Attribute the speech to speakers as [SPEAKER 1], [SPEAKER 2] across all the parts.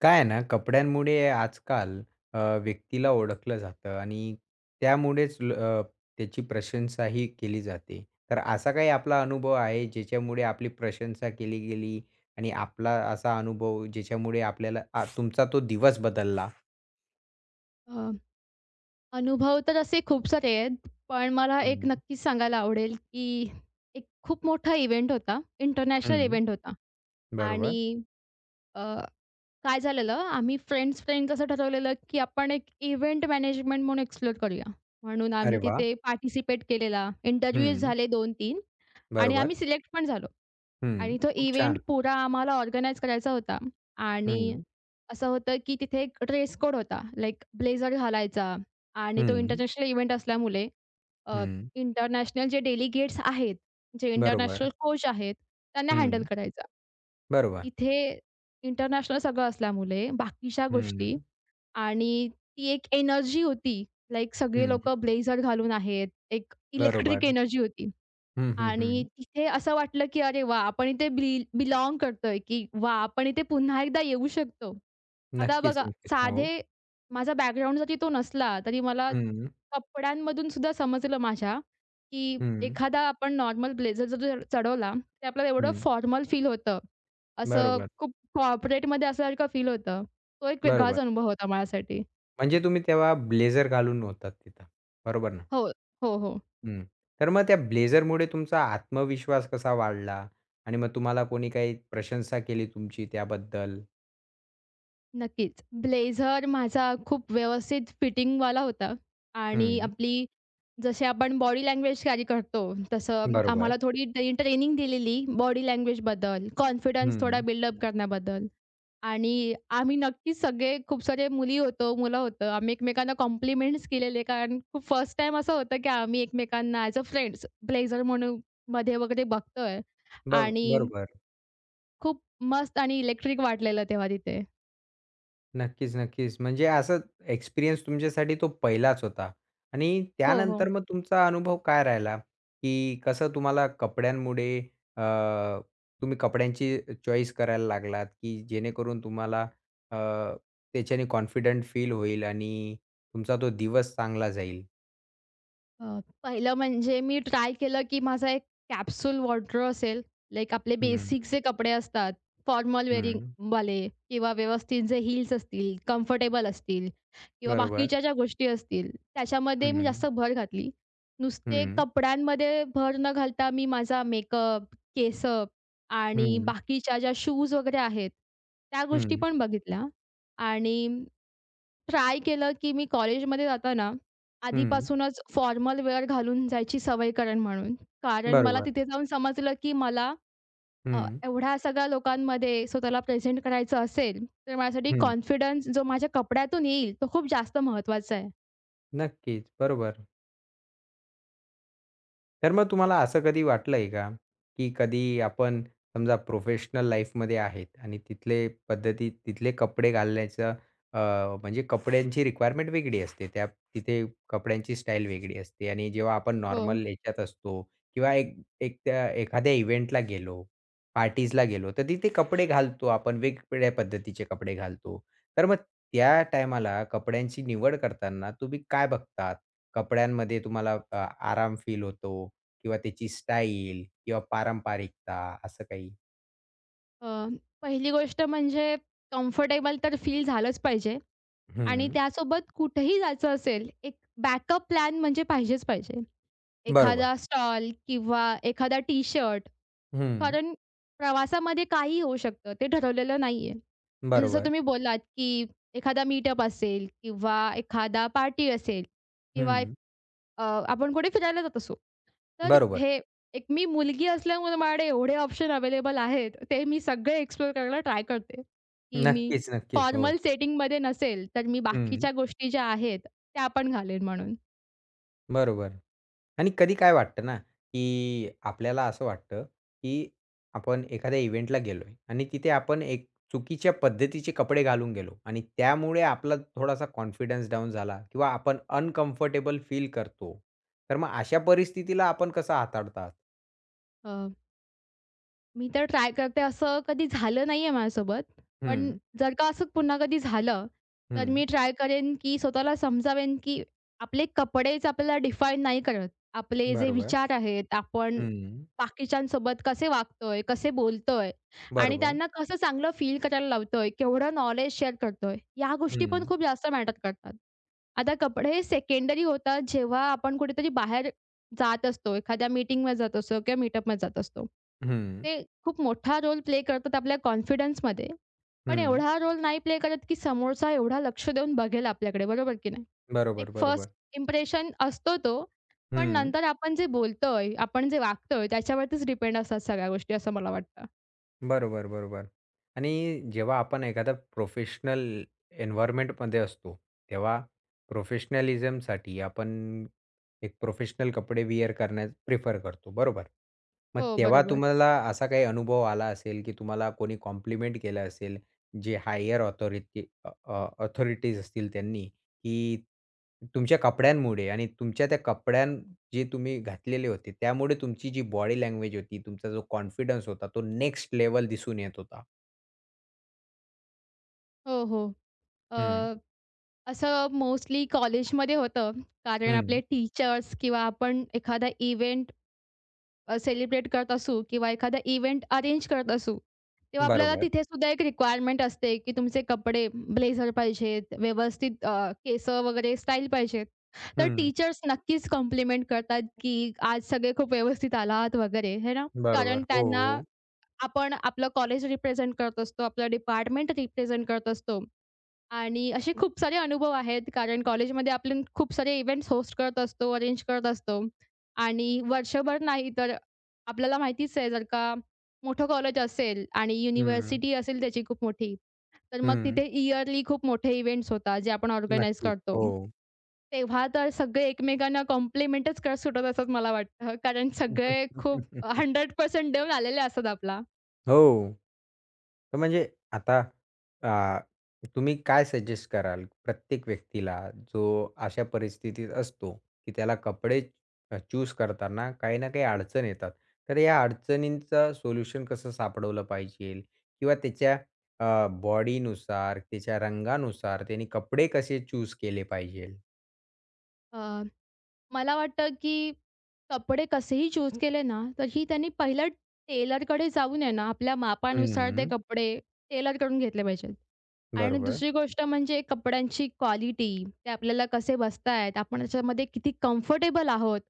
[SPEAKER 1] काय आहे ना, कपड्यांमुळे आजकाल व्यक्तीला ओळखलं जातं आणि त्यामुळेच त्याची प्रशंसाही केली जाते. तर असा काही आपला अनुभव आहे ज्याच्यामुळे आपली प्रशंसा केली गेली आणि आपला असा अनुभव ज्याच्यामुळे आपल्याला तुमचा तो दिवस बदलला?
[SPEAKER 2] अ, अनुभव तर असे खूप सारे आहेत. पण मला एक
[SPEAKER 1] हं.
[SPEAKER 2] नक्कीच सांगायला आवडेल, की एक खूप मोठा इव्हेंट होता. इंटरनॅशनल
[SPEAKER 1] हं.
[SPEAKER 2] इव्हेंट होता आणि
[SPEAKER 1] बरोबर.
[SPEAKER 2] अ, काय झालेलं, आम्ही फ्रेंड्स फ्रेंड्स असं ठरवलेलं, की आपण एक इव्हेंट मॅनेजमेंट म्हणून एक्सप्लोर करूया. म्हणून
[SPEAKER 1] अरे
[SPEAKER 2] आम्ही
[SPEAKER 1] वाह!
[SPEAKER 2] तिथे पार्टिसिपेट केलेला. इंटरव्ह्यूज
[SPEAKER 1] हं.
[SPEAKER 2] झाले 2-3 आणि
[SPEAKER 1] बरोबर.
[SPEAKER 2] आम्ही सिलेक्ट पण झालो
[SPEAKER 1] हं.
[SPEAKER 2] आणि तो
[SPEAKER 1] खूप
[SPEAKER 2] इव्हेंट
[SPEAKER 1] छान.
[SPEAKER 2] पुरा आम्हाला ऑर्गनाइज करायचा होता आणि
[SPEAKER 1] हं.
[SPEAKER 2] असं होतं, की तिथे एक ड्रेस कोड होता. लाइक ब्लेझर घालायचा आणि तो
[SPEAKER 1] हं.
[SPEAKER 2] इंटरनॅशनल इव्हेंट असल्यामुळे अ,
[SPEAKER 1] हं.
[SPEAKER 2] इंटरनॅशनल जे डेलिगेट्स आहेत, जे
[SPEAKER 1] बरोबर.
[SPEAKER 2] इंटरनॅशनल कोच आहेत, त्यांना हँडल
[SPEAKER 1] हं.
[SPEAKER 2] करायचा.
[SPEAKER 1] बरोबर.
[SPEAKER 2] इथे इंटरनॅशनल सगळं असल्यामुळे बाकीच्या
[SPEAKER 1] हं.
[SPEAKER 2] गोष्टी आणि ती एक एनर्जी होती. लाइक सगळे
[SPEAKER 1] हं.
[SPEAKER 2] लोकं ब्लेझर घालून आहेत. एक इलेक्ट्रिक
[SPEAKER 1] बरोबर.
[SPEAKER 2] एनर्जी होती.
[SPEAKER 1] हं, हं,
[SPEAKER 2] आणि
[SPEAKER 1] हं.
[SPEAKER 2] तिथे असं वाटलं, की अरे वाह! आपण इथे बिलॉन्ग करतोय, की वाह! आपण इथे पुन्हा एकदा येऊ शकतो. आता
[SPEAKER 1] नक्कीच,
[SPEAKER 2] बघा
[SPEAKER 1] नक्कीच. हो.
[SPEAKER 2] साधे माझा बॅकग्राऊंड जरी तो नसला, तरी मला
[SPEAKER 1] हं,
[SPEAKER 2] कपड्यांमधून सुद्धा समजलं माझ्या, की
[SPEAKER 1] हं,
[SPEAKER 2] एखादा आपण नॉर्मल ब्लेझर जर चढवला, ते आपल्याला एवढं
[SPEAKER 1] हं.
[SPEAKER 2] फॉर्मल फील होतं. असं
[SPEAKER 1] बरोबर,
[SPEAKER 2] खूप कॉर्पोरेटमध्ये असल्यासारखं फील होतं. तो एक वेगळाच
[SPEAKER 1] बरोबर.
[SPEAKER 2] अनुभव होता माझ्यासाठी.
[SPEAKER 1] म्हणजे तुम्ही तेव्हा ब्लेझर घालून होतात तिथं. बरोबर ना?
[SPEAKER 2] हो, हो, हो.
[SPEAKER 1] हं. तर मग त्या ब्लेझरमुळे तुमचा आत्मविश्वास कसा वाढला? आणि मग तुम्हाला कोणी काही प्रशंसा केली तुमची त्याबद्दल?
[SPEAKER 2] नक्कीच. ब्लेझर माझा खूप व्यवस्थित फिटिंगवाला होता आणि
[SPEAKER 1] हं.
[SPEAKER 2] आपली जसे आपण बॉडी लँग्वेज कॅरी करतो, तसं
[SPEAKER 1] बरोबर.
[SPEAKER 2] आम्हाला थोडी ट्रेनिंग दिलेली बॉडी लँग्वेजबद्दल, कॉन्फिडन्स थोडा
[SPEAKER 1] हं.
[SPEAKER 2] बिल्डअप करण्याबद्दल आणि आम्ही नक्कीच सगळे खूप सारे मुली होतो, मुलं होतं. आम्ही एकमेकांना कॉम्प्लिमेंट्स केलेले कारण खूप फर्स्ट टाईम असं होतं, की आम्ही एकमेकांना ॲज अ फ्रेंड्स ब्लेझर म्हणून मध्ये वगैरे बघतोय
[SPEAKER 1] बघ
[SPEAKER 2] आणि
[SPEAKER 1] बरोबर.
[SPEAKER 2] खूप मस्त आणि इलेक्ट्रिक वाटलेलं तेव्हा तिथे.
[SPEAKER 1] नक्कीच, नक्कीच. म्हणजे असं एक्सपिरियन्स तुमच्यासाठी तो पहिलाच होता आणि
[SPEAKER 2] हो, हो.
[SPEAKER 1] त्यानंतर मग तुमचा अनुभव काय राहिला, की कसं तुम्हाला कपड्यांमुळे अ, तुम्ही कपड्यांची चॉईस करायला लागलात, की जेणेकरून तुम्हाला अ, त्याच्याने कॉन्फिडंट फील होईल आणि तुमचा तो दिवस चांगला जाईल?
[SPEAKER 2] पहिलं म्हणजे मी ट्राय केलं, की माझा एक कॅप्सूल वॉर्डरोब असेल. लाइक आपले
[SPEAKER 1] हं,
[SPEAKER 2] बेसिक जे कपडे असतात, फॉर्मल
[SPEAKER 1] हं.
[SPEAKER 2] वेअरिंगवाले किंवा व्यवस्थित जे हील्स असतील, कम्फर्टेबल असतील किंवा
[SPEAKER 1] बरोबर.
[SPEAKER 2] बाकीच्या ज्या गोष्टी असतील, त्याच्यामध्ये मी
[SPEAKER 1] हं,
[SPEAKER 2] जास्त भर घातली. नुसते
[SPEAKER 1] हं,
[SPEAKER 2] कपड्यांमध्ये भर न घालता मी माझा मेकअप, केसं आणि
[SPEAKER 1] हं,
[SPEAKER 2] बाकीच्या ज्या शूज वगैरे आहेत, त्या गोष्टी
[SPEAKER 1] हं,
[SPEAKER 2] पण बघितल्या आणि ट्राय केलं, की मी कॉलेजमध्ये जाताना
[SPEAKER 1] हं,
[SPEAKER 2] आधीपासूनच फॉर्मल वेअर घालून जायची सवय करेन म्हणून. कारण मला
[SPEAKER 1] बरोबर.
[SPEAKER 2] तिथे जाऊन समजलं, की मला अ,
[SPEAKER 1] हं,
[SPEAKER 2] एवढ्या सगळ्या लोकांमध्ये स्वतःला प्रेझेंट करायचं असेल, तर माझ्यासाठी
[SPEAKER 1] हं.
[SPEAKER 2] कॉन्फिडन्स जो माझ्या कपड्यातून येईल, तो खूप जास्त महत्त्वाचा आहे.
[SPEAKER 1] नक्कीच, बरोबर. तर मग तुम्हाला असं कधी वाटलंय का, की कधी आपण समजा प्रोफेशनल लाईफमध्ये आहेत आणि तिथले पद्धती, तिथले कपडे घालण्याचं अ, म्हणजे कपड्यांची रिक्वायरमेंट वेगळी असते. तिथे कपड्यांची स्टाईल वेगळी असते आणि जेव्हा आपण
[SPEAKER 2] हो.
[SPEAKER 1] नॉर्मल ह्याच्यात असतो किंवा एक एक त्या एखाद्या इव्हेंटला गेलो, पार्टीजला गेलो, तर तिथे कपडे घालतो आपण, वेगवेगळ्या पद्धतीचे कपडे घालतो. तर मग त्या टायमाला कपड्यांची निवड करताना तुम्ही काय बघतात? कपड्यांमध्ये तुम्हाला आराम फील होतो किंवा त्याची स्टाईल किंवा पारंपरिकता असं काही?
[SPEAKER 2] अ, पहिली गोष्ट म्हणजे कम्फर्टेबल तर फील झालंच पाहिजे आणि
[SPEAKER 1] हं.
[SPEAKER 2] त्यासोबत कुठेही जायचं असेल, एक बॅकअप प्लॅन म्हणजे पाहिजेच पाहिजे.
[SPEAKER 1] बरोबर.
[SPEAKER 2] एखादा स्टॉल किंवा एखादा टी-शर्ट
[SPEAKER 1] हं.
[SPEAKER 2] कारण प्रवासामध्ये काहीही होऊ शकतं. ते ठरवलेलं नाहीये. आणि जसं
[SPEAKER 1] बरोबर.
[SPEAKER 2] तुम्ही बोललात, की एखादा मीटअप असेल किंवा एखादा पार्टी असेल किंवा एक
[SPEAKER 1] हं.
[SPEAKER 2] अ, आपण कुठे फिरायला जात असू. तर
[SPEAKER 1] बरोबर.
[SPEAKER 2] हे एक मी मुलगी असल्यामुळे माझ्याकडे एवढे ऑप्शन अवेलेबल आहेत, ते मी सगळे एक्सप्लोर करायला ट्राय करते. की मी
[SPEAKER 1] नक्कीच, नक्कीच. हो.
[SPEAKER 2] फॉर्मल सेटिंगमध्ये नसेल, तर मी
[SPEAKER 1] हं.
[SPEAKER 2] बाकीच्या गोष्टी ज्या आहेत, त्या पण घालेन म्हणून.
[SPEAKER 1] बरोबर. आणि कधी काय वाटतं ना, की आपल्याला असं वाटतं, की आपण एखाद्या इव्हेंटला गेलोय आणि तिथे आपण एक चुकीच्या पद्धतीचे कपडे घालून गेलो आणि त्यामुळे आपला थोडासा कॉन्फिडन्स डाऊन झाला किंवा आपण अनकम्फर्टेबल फील करतो. तर मग अशा परिस्थितीला आपण कसं हाताळतात?
[SPEAKER 2] मी तर ट्राय करते. असं कधी झालं नाहीये माझ्यासोबत. पण
[SPEAKER 1] हं.
[SPEAKER 2] जर का असं पुन्हा कधी झालं, तर
[SPEAKER 1] हं.
[SPEAKER 2] मी ट्राय करेन, की स्वतःला समजावेन, की आपले कपडेच आपल्याला डिफाईन नाही करत. आपले जे
[SPEAKER 1] बरोबर.
[SPEAKER 2] विचार आहेत, आपण
[SPEAKER 1] हं.
[SPEAKER 2] बाकीच्यांसोबत कसे वागतोय, कसे बोलतोय आणि
[SPEAKER 1] बरोबर.
[SPEAKER 2] त्यांना कसं चांगलं फील करायला लावतोय, केवढं नॉलेज शेअर करतोय, या गोष्टी पण
[SPEAKER 1] हं.
[SPEAKER 2] खूप जास्त मॅटर करतात. आता कपडे सेकंडरी होतात, जेव्हा आपण कुठेतरी बाहेर जात असतो, एखाद्या मीटिंगमध्ये जात असतो किंवा मीटअपमध्ये जात असतो.
[SPEAKER 1] हं.
[SPEAKER 2] ते खूप मोठा रोल प्ले करतात आपल्या कॉन्फिडन्समध्ये. पण
[SPEAKER 1] हं.
[SPEAKER 2] एवढा रोल नाही प्ले करत, की समोरचा एवढा लक्ष देऊन बघेल आपल्याकडे, बरोबर की नाही? एक
[SPEAKER 1] बरोबर,
[SPEAKER 2] फर्स्ट
[SPEAKER 1] बरोबर.
[SPEAKER 2] इम्प्रेशन असतो तो, पण
[SPEAKER 1] हं.
[SPEAKER 2] नंतर आपण जे बोलतोय, आपण जे वागतोय त्याच्यावरतीच डिपेंड असतात सगळ्या गोष्टी असं मला वाटतं.
[SPEAKER 1] बरोबर, बरोबर. आणि जेव्हा आपण एखादा प्रोफेशनल एन्व्हायर्नमेंटमध्ये असतो, तेव्हा प्रोफेशनलिझमसाठी आपण एक प्रोफेशनल कपडे वेअर करण्यास प्रिफर करतो, बरोबर? मग
[SPEAKER 2] हो,
[SPEAKER 1] तेव्हा
[SPEAKER 2] बरोबर.
[SPEAKER 1] तुम्हाला असा काही अनुभव आला असेल, की तुम्हाला कोणी कॉम्प्लिमेंट केलं असेल, जे हायर ऑथॉरिटीज असतील त्यांनी की तुमच्या कपड्यांमुळे आणि तुमच्या त्या जे तुम्ही घातलेले होते, त्यामुळे तुमची जी बॉडी लँग्वेज होती, तुमचा जो कॉन्फिडन्स होता, तो नेक्स्ट लेव्हल दिसून येत होता.
[SPEAKER 2] हो, हो.
[SPEAKER 1] हं,
[SPEAKER 2] अ, असं मोस्टली कॉलेजमध्ये होतं. कारण
[SPEAKER 1] हं.
[SPEAKER 2] आपले टीचर्स किंवा आपण एखादा इव्हेंट सेलिब्रेट करत असू किंवा एखादा इव्हेंट अरेंज करत असू, तेव्हा आपल्याला
[SPEAKER 1] बरोबर.
[SPEAKER 2] तिथे सुद्धा एक रिक्वायरमेंट असते, की तुमचे कपडे ब्लेझर पाहिजेत, व्यवस्थित केसं वगैरे स्टाईल पाहिजेत. तर
[SPEAKER 1] हं.
[SPEAKER 2] टीचर्स नक्कीच कॉम्प्लिमेंट करतात, की आज सगळे खूप व्यवस्थित आलात वगैरे, है ना? कारण
[SPEAKER 1] बरोबर. हो,
[SPEAKER 2] त्यांना
[SPEAKER 1] हो.
[SPEAKER 2] आपण आपलं कॉलेज रिप्रेझेंट करत असतो, आपलं डिपार्टमेंट रिप्रेझेंट करत असतो. आणि असे खूप सारे अनुभव आहेत, कारण कॉलेजमध्ये आपण खूप सारे इव्हेंट्स होस्ट करत असतो, अरेंज करत असतो. आणि वर्षभर नाही तर आपल्याला माहितीच आहे, जर का मोठं कॉलेज असेल आणि
[SPEAKER 1] हं,
[SPEAKER 2] युनिव्हर्सिटी असेल त्याची खूप मोठी, तर मग
[SPEAKER 1] हं.
[SPEAKER 2] तिथे इयरली खूप मोठे इव्हेंट्स होतात, जे आपण ऑर्गनाइज
[SPEAKER 1] नक्कीच.
[SPEAKER 2] करतो.
[SPEAKER 1] हो.
[SPEAKER 2] तेव्हा तर सगळे एकमेकांना कॉम्प्लिमेंटच करत सुटत असतात मला वाटतं, कारण सगळे खूप 100% देऊन आलेले असतात आपला.
[SPEAKER 1] हो. तर म्हणजे आता अ, तुम्ही काय सजेस्ट कराल प्रत्येक व्यक्तीला जो अशा परिस्थितीत असतो, की त्याला कपडे चूज करताना काही ना काही अडचण येतात. तर या अडचणींचं सोल्युशन कसं सापडवलं पाहिजे किंवा त्याच्या बॉडीनुसार, त्याच्या रंगानुसार त्याने कपडे कसे चूज केले पाहिजेल?
[SPEAKER 2] मला वाटतं, की कपडे कसेही चूज केले ना, तरी त्यांनी पहिलं टेलरकडे जाऊन आहे ना, आपल्या मापानुसार ते
[SPEAKER 1] हं,
[SPEAKER 2] कपडे टेलरकडून घेतले पाहिजेत. आणि
[SPEAKER 1] बरोबर.
[SPEAKER 2] दुसरी गोष्ट म्हणजे कपड्यांची क्वालिटी, ते आपल्याला कसे बसतायत, आपण त्याच्यामध्ये किती कम्फर्टेबल आहोत,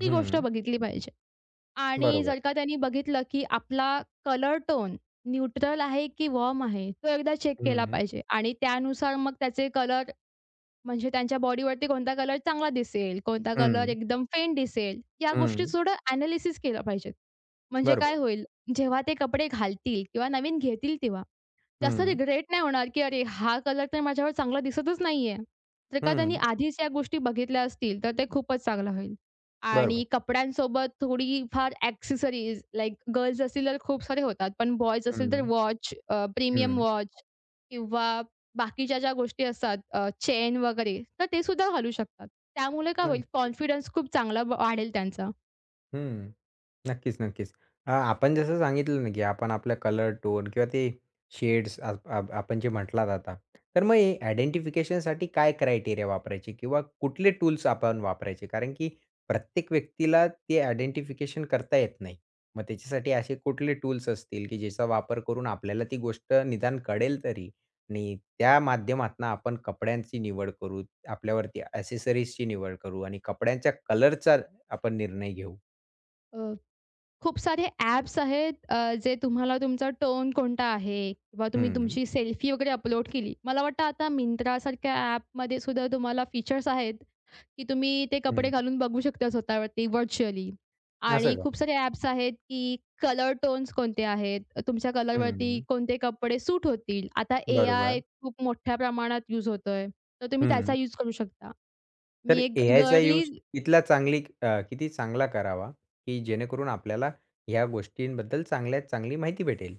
[SPEAKER 2] ती गोष्ट
[SPEAKER 1] हं,
[SPEAKER 2] बघितली पाहिजे. आणि
[SPEAKER 1] बरोबर.
[SPEAKER 2] जर का त्यांनी बघितलं, की आपला कलर टोन न्यूट्रल आहे, की वॉर्म आहे, तो एकदा चेक केला
[SPEAKER 1] हं,
[SPEAKER 2] पाहिजे. आणि त्यानुसार मग त्याचे कलर म्हणजे त्यांच्या बॉडीवरती कोणता कलर चांगला दिसेल, कोणता कलर
[SPEAKER 1] हं,
[SPEAKER 2] एकदम फेंट दिसेल, या गोष्टी
[SPEAKER 1] हं,
[SPEAKER 2] थोडं एनालिसिस केलं पाहिजेत. म्हणजे काय
[SPEAKER 1] बरोबर.
[SPEAKER 2] होईल, जेव्हा ते कपडे घालतील किंवा नवीन घेतील तेव्हा, जास्त
[SPEAKER 1] हं,
[SPEAKER 2] रिग्रेट नाही होणार, की "अरे, हा कलर तर माझ्यावर चांगला दिसतच नाहीये." जर का त्यांनी
[SPEAKER 1] हं,
[SPEAKER 2] आधीच या गोष्टी बघितल्या असतील, तर ते खूपच चांगलं होईल.
[SPEAKER 1] बरोबर.
[SPEAKER 2] आणि कपड्यांसोबत थोडीफार ॲक्सेसरीज लाइक गर्ल्स असतील तर खूप सारे होतात, पण बॉयज असतील तर
[SPEAKER 1] हं,
[SPEAKER 2] वॉच, प्रीमियम
[SPEAKER 1] हं.
[SPEAKER 2] वॉच किंवा बाकीच्या ज्या गोष्टी असतात चेन वगैरे, तर ते सुद्धा घालू शकतात. त्यामुळे काय होईल कॉन्फिडन्स खूप चांगला वाढेल त्यांचा.
[SPEAKER 1] हं. नक्कीच, नक्कीच. आपण जसं सांगितलं ना, की आपण आपला कलर टोन किंवा ते शेड्स आपण जे म्हटलात आता. तर मग हे आयडेंटिफिकेशनसाठी काय क्रायटेरिया वापरायचे किंवा कुठले टूल्स आपण वापरायचे? कारण की प्रत्येक व्यक्तीला ते आयडेंटिफिकेशन करता येत नाही. मग त्याच्यासाठी असे कुठले टूल्स असतील, की ज्याचा वापर करून आपल्याला ती गोष्ट निदान कळेल तरी आणि त्या माध्यमातून आपण कपड्यांची निवड करू, आपल्यावरती एक्सेसरीजची निवड करू आणि कपड्यांच्या कलरचा आपण निर्णय घेऊ?
[SPEAKER 2] अ, खूप सारे ॲप्स आहेत जे तुम्हाला तुमचा टोन कोणता आहे किंवा तुम्ही
[SPEAKER 1] हं,
[SPEAKER 2] तुमची सेल्फी वगैरे अपलोड केली. मला वाटतं आता Myntraसारख्या ॲपमध्ये सुद्धा तुम्हाला फीचर्स आहेत की तुम्ही ते कपडे
[SPEAKER 1] हं.
[SPEAKER 2] घालून बघू शकता स्वतःवरती व्हर्चुअली.
[SPEAKER 1] असं
[SPEAKER 2] आणि
[SPEAKER 1] का?
[SPEAKER 2] खूप सारे ॲप्स आहेत, की कलर टोन्स कोणते आहेत, तुमच्या कलरवरती
[SPEAKER 1] हं,
[SPEAKER 2] कोणते कपडे सूट होतील. आता एआय
[SPEAKER 1] बरोबर.
[SPEAKER 2] खूप मोठ्या प्रमाणात यूज होतोय, तर तुम्ही त्याचा
[SPEAKER 1] हं.
[SPEAKER 2] यूज करू शकता. मी
[SPEAKER 1] तर
[SPEAKER 2] एक
[SPEAKER 1] एआयचा
[SPEAKER 2] गर्ली
[SPEAKER 1] यूज किती चांगला करावा, की जेणेकरून आपल्याला ह्या गोष्टींबद्दल चांगल्यात चांगली माहिती भेटेल?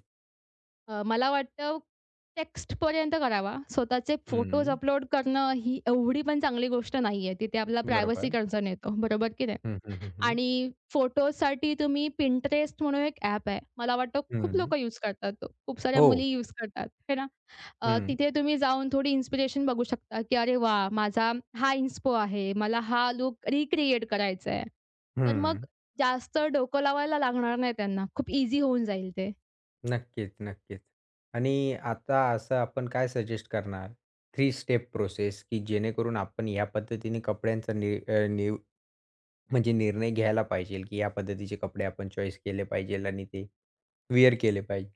[SPEAKER 2] मला वाटतं टेक्स्टपर्यंत करावा. स्वतःचे फोटोज
[SPEAKER 1] हं,
[SPEAKER 2] अपलोड करणं ही एवढी पण चांगली गोष्ट नाहीये. तिथे आपला
[SPEAKER 1] बरोबर.
[SPEAKER 2] प्रायव्हसी कन्सर्न येतो. बरोबर की नाही?
[SPEAKER 1] हं, हं, हं, हं.
[SPEAKER 2] आणि फोटोसाठी तुम्ही Pinterest म्हणून एक ॲप आहे. मला वाटतं खूप
[SPEAKER 1] हं.
[SPEAKER 2] लोकं यूज करतात तो. खूप साऱ्या
[SPEAKER 1] हो.
[SPEAKER 2] मुली यूज करतात, है ना?
[SPEAKER 1] हं,
[SPEAKER 2] तिथे तुम्ही जाऊन थोडी इन्स्पिरेशन बघू शकता, की "अरे वाह! माझा हा इन्स्पो आहे. मला हा लूक रिक्रिएट करायचा आहे." तर मग
[SPEAKER 1] हं.
[SPEAKER 2] जास्त डोकं लावायला लागणार नाही त्यांना. खूप ईझी होऊन जाईल ते.
[SPEAKER 1] नक्कीच, नक्कीच. आणि आता असं आपण काय सजेस्ट करणार? थ्री स्टेप प्रोसेस की जेणेकरून आपण या पद्धतीने कपड्यांचा नि अ, निव म्हणजे निर्णय घ्यायला पाहिजे, की या पद्धतीचे कपडे आपण चॉईस केले पाहिजे आणि ते वेअर केले पाहिजे.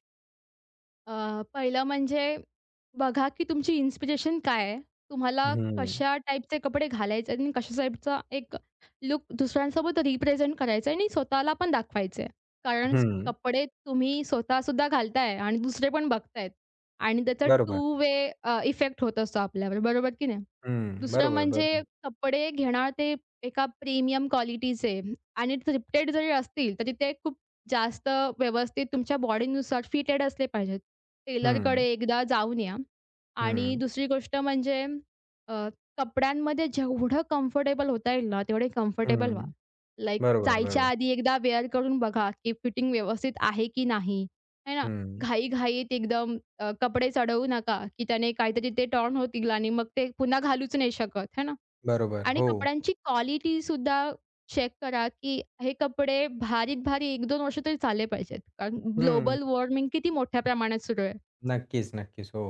[SPEAKER 2] पहिलं म्हणजे बघा की तुमची इन्स्पिरेशन काय आहे? तुम्हाला
[SPEAKER 1] हं,
[SPEAKER 2] कशा टाइपचे कपडे घालायचे आहेत आणि कशा टाइपचा एक लूक दुसऱ्यांसोबत रिप्रेझेंट करायचा आणि स्वतःला पण दाखवायचं कारण
[SPEAKER 1] हं.
[SPEAKER 2] कपडे तुम्ही स्वतःसुद्धा घालताय आणि दुसरे पण बघतायत आणि त्याचा
[SPEAKER 1] बरोबर.
[SPEAKER 2] टू वे इफेक्ट होत असतो आपल्यावर, बरोबर की नाही?
[SPEAKER 1] हं.
[SPEAKER 2] दुसरं
[SPEAKER 1] बरोबर,
[SPEAKER 2] म्हणजे
[SPEAKER 1] बरोबर.
[SPEAKER 2] कपडे घेणार ते एका प्रीमियम क्वालिटीचे आणि थ्रिफ्टेड जरी असतील, तरी ते खूप जास्त व्यवस्थित तुमच्या बॉडीनुसार फिटेड असले पाहिजेत. टेलरकडे
[SPEAKER 1] हं,
[SPEAKER 2] एकदा जाऊन या. आणि
[SPEAKER 1] हं,
[SPEAKER 2] दुसरी गोष्ट म्हणजे अ, कपड्यांमध्ये जेवढं कम्फर्टेबल होता येईल ना, तेवढे कम्फर्टेबल व्हा.
[SPEAKER 1] हं.
[SPEAKER 2] लाइक
[SPEAKER 1] बरोबर,
[SPEAKER 2] जायच्या
[SPEAKER 1] बरोबर.
[SPEAKER 2] आधी एकदा वेअर करून बघा, की फिटिंग व्यवस्थित आहे की नाही, आहे ना?
[SPEAKER 1] हं.
[SPEAKER 2] घाईघाईत एकदम कपडे चढवू नका, की त्याने काहीतरी ते टर्न होतील आणि मग ते पुन्हा घालूच नाही शकत, आहे ना?
[SPEAKER 1] बरोबर.
[SPEAKER 2] आणि
[SPEAKER 1] हो.
[SPEAKER 2] कपड्यांची क्वालिटीसुद्धा चेक करा, की हे कपडे भारीत-भारी 1-2 वर्ष तरी चालले पाहिजेत. कारण
[SPEAKER 1] हं.
[SPEAKER 2] ग्लोबल वॉर्मिंग किती मोठ्या प्रमाणात सुरू आहे.
[SPEAKER 1] नक्कीच, नक्कीच. हो.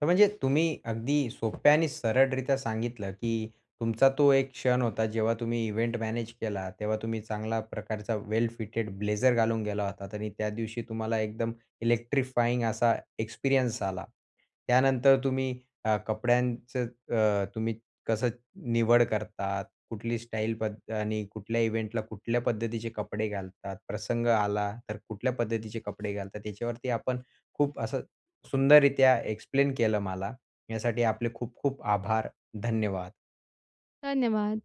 [SPEAKER 1] तर म्हणजे तुम्ही अगदी सोप्या आणि सरळरित्या सांगितलं, की तुमचा तो एक क्षण होता जेव्हा तुम्ही इव्हेंट मॅनेज केला, तेव्हा तुम्ही चांगला प्रकारचा वेल फिटेड ब्लेझर घालून गेला होतात आणि त्या दिवशी तुम्हाला एकदम इलेक्ट्रिफाइंग असा एक्सपिरियन्स आला. त्यानंतर तुम्ही कपड्यांचं तुम्ही कसं निवड करतात, कुठली स्टाईल आणि कुठल्या इव्हेंटला कुठल्या पद्धतीचे कपडे घालतात, प्रसंग आला तर कुठल्या पद्धतीचे कपडे घालतात, याच्यावरती आपण खूप असं सुंदररित्या एक्सप्लेन केलं मला. यासाठी आपले खूप खूप आभार. धन्यवाद.
[SPEAKER 2] धन्यवाद.